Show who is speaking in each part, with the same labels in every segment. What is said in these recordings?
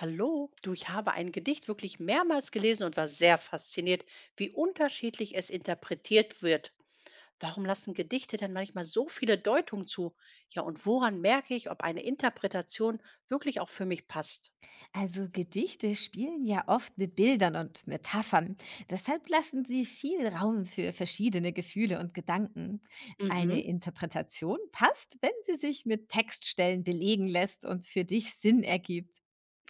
Speaker 1: Hallo, du, ich habe ein Gedicht wirklich mehrmals gelesen und war sehr fasziniert, wie unterschiedlich es interpretiert wird. Warum lassen Gedichte denn manchmal so viele Deutungen zu? Ja, und woran merke ich, ob eine Interpretation wirklich auch für mich passt?
Speaker 2: Also Gedichte spielen ja oft mit Bildern und Metaphern. Deshalb lassen sie viel Raum für verschiedene Gefühle und Gedanken. Eine
Speaker 1: Mhm,
Speaker 2: Interpretation passt, wenn sie sich mit Textstellen belegen lässt und für dich Sinn ergibt.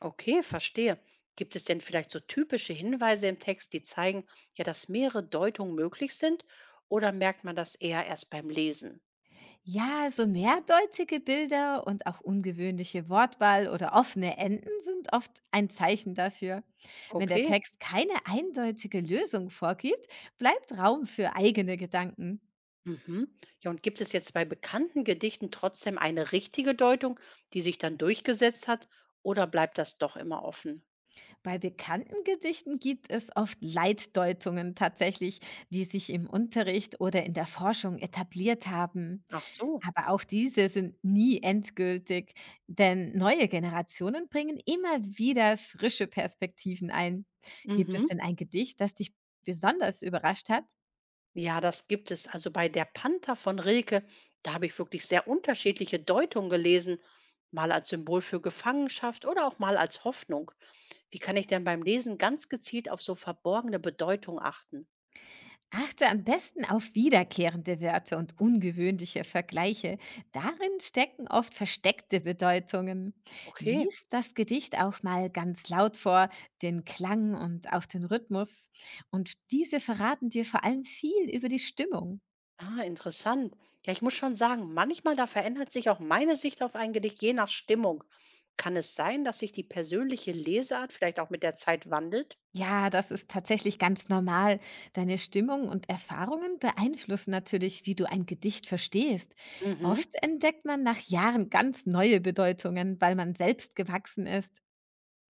Speaker 1: okay, verstehe. Gibt es denn vielleicht so typische Hinweise im Text, die zeigen, ja, dass mehrere Deutungen möglich sind? Oder merkt man das eher erst beim Lesen?
Speaker 2: Ja, so mehrdeutige Bilder und auch ungewöhnliche Wortwahl oder offene Enden sind oft ein Zeichen dafür. Wenn der
Speaker 1: Okay.
Speaker 2: Text keine eindeutige Lösung vorgibt, bleibt Raum für eigene Gedanken.
Speaker 1: Mhm. Ja, und gibt es jetzt bei bekannten Gedichten trotzdem eine richtige Deutung, die sich dann durchgesetzt hat, oder bleibt das doch immer offen?
Speaker 2: Bei bekannten Gedichten gibt es oft Leitdeutungen tatsächlich, die sich im Unterricht oder in der Forschung etabliert haben.
Speaker 1: Ach so.
Speaker 2: Aber auch diese sind nie endgültig, denn neue Generationen bringen immer wieder frische Perspektiven ein. Gibt es denn
Speaker 1: Mhm.
Speaker 2: ein Gedicht, das dich besonders überrascht hat?
Speaker 1: Ja, das gibt es. Also bei Der Panther von Rilke, da habe ich wirklich sehr unterschiedliche Deutungen gelesen, mal als Symbol für Gefangenschaft oder auch mal als Hoffnung. Wie kann ich denn beim Lesen ganz gezielt auf so verborgene Bedeutung achten?
Speaker 2: Achte am besten auf wiederkehrende Wörter und ungewöhnliche Vergleiche. Darin stecken oft versteckte Bedeutungen.
Speaker 1: Okay.
Speaker 2: Lies das Gedicht auch mal ganz laut vor, den Klang und auch den Rhythmus. Und diese verraten dir vor allem viel über die Stimmung.
Speaker 1: Ah, interessant. Ja, ich muss schon sagen, manchmal da verändert sich auch meine Sicht auf ein Gedicht je nach Stimmung. Kann es sein, dass sich die persönliche Leseart vielleicht auch mit der Zeit wandelt?
Speaker 2: Ja, das ist tatsächlich ganz normal. Deine Stimmung und Erfahrungen beeinflussen natürlich, wie du ein Gedicht verstehst.
Speaker 1: Mhm.
Speaker 2: Oft entdeckt man nach Jahren ganz neue Bedeutungen, weil man selbst gewachsen ist.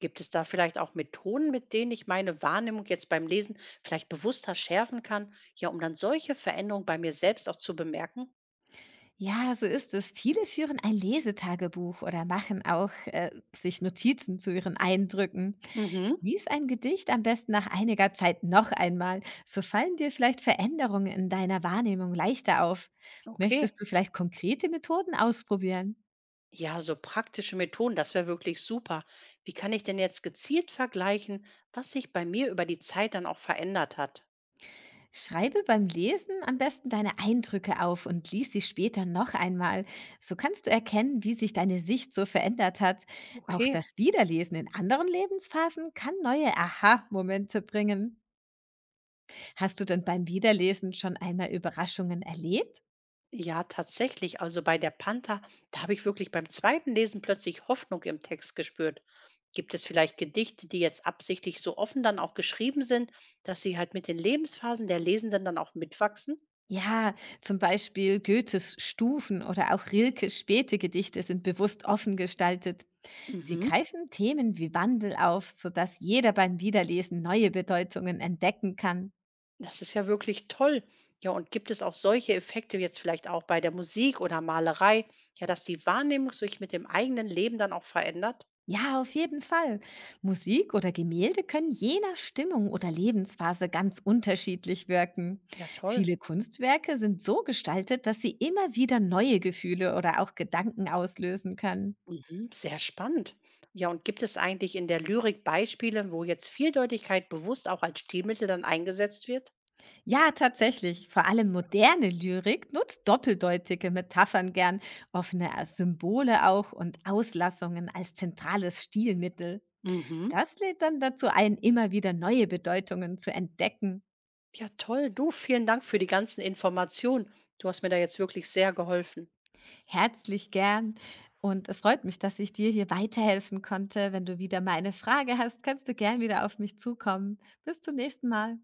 Speaker 1: Gibt es da vielleicht auch Methoden, mit denen ich meine Wahrnehmung jetzt beim Lesen vielleicht bewusster schärfen kann? Ja, um dann solche Veränderungen bei mir selbst auch zu bemerken?
Speaker 2: Ja, so ist es. Viele führen ein Lesetagebuch oder machen auch sich Notizen zu ihren Eindrücken.
Speaker 1: Mhm.
Speaker 2: Lies ein Gedicht am besten nach einiger Zeit noch einmal. So fallen dir vielleicht Veränderungen in deiner Wahrnehmung leichter auf. Möchtest
Speaker 1: Okay.
Speaker 2: du vielleicht konkrete Methoden ausprobieren?
Speaker 1: Ja, so praktische Methoden, das wäre wirklich super. Wie kann ich denn jetzt gezielt vergleichen, was sich bei mir über die Zeit dann auch verändert hat?
Speaker 2: Schreibe beim Lesen am besten deine Eindrücke auf und lies sie später noch einmal. So kannst du erkennen, wie sich deine Sicht so verändert hat. Auch
Speaker 1: Okay.
Speaker 2: das Wiederlesen in anderen Lebensphasen kann neue Aha-Momente bringen. Hast du denn beim Wiederlesen schon einmal Überraschungen erlebt?
Speaker 1: Ja, tatsächlich. Also bei der Panther, da habe ich wirklich beim zweiten Lesen plötzlich Hoffnung im Text gespürt. Gibt es vielleicht Gedichte, die jetzt absichtlich so offen dann auch geschrieben sind, dass sie halt mit den Lebensphasen der Lesenden dann auch mitwachsen?
Speaker 2: Ja, zum Beispiel Goethes Stufen oder auch Rilkes späte Gedichte sind bewusst offen gestaltet. Sie
Speaker 1: Mhm.
Speaker 2: greifen Themen wie Wandel auf, sodass jeder beim Wiederlesen neue Bedeutungen entdecken kann.
Speaker 1: Das ist ja wirklich toll. Ja, und gibt es auch solche Effekte jetzt vielleicht auch bei der Musik oder Malerei, ja, dass die Wahrnehmung sich mit dem eigenen Leben dann auch verändert?
Speaker 2: Ja, auf jeden Fall. Musik oder Gemälde können je nach Stimmung oder Lebensphase ganz unterschiedlich wirken.
Speaker 1: Ja, toll.
Speaker 2: Viele Kunstwerke sind so gestaltet, dass sie immer wieder neue Gefühle oder auch Gedanken auslösen können.
Speaker 1: Mhm, sehr spannend. Ja, und gibt es eigentlich in der Lyrik Beispiele, wo jetzt Vieldeutigkeit bewusst auch als Stilmittel dann eingesetzt wird?
Speaker 2: Ja, tatsächlich. Vor allem moderne Lyrik nutzt doppeldeutige Metaphern gern, offene Symbole auch und Auslassungen als zentrales Stilmittel.
Speaker 1: Mhm.
Speaker 2: Das lädt dann dazu ein, immer wieder neue Bedeutungen zu entdecken.
Speaker 1: Ja, toll. Du, vielen Dank für die ganzen Informationen. Du hast mir da jetzt wirklich sehr geholfen.
Speaker 2: Herzlich gern. Und es freut mich, dass ich dir hier weiterhelfen konnte. Wenn du wieder mal eine Frage hast, kannst du gern wieder auf mich zukommen. Bis zum nächsten Mal.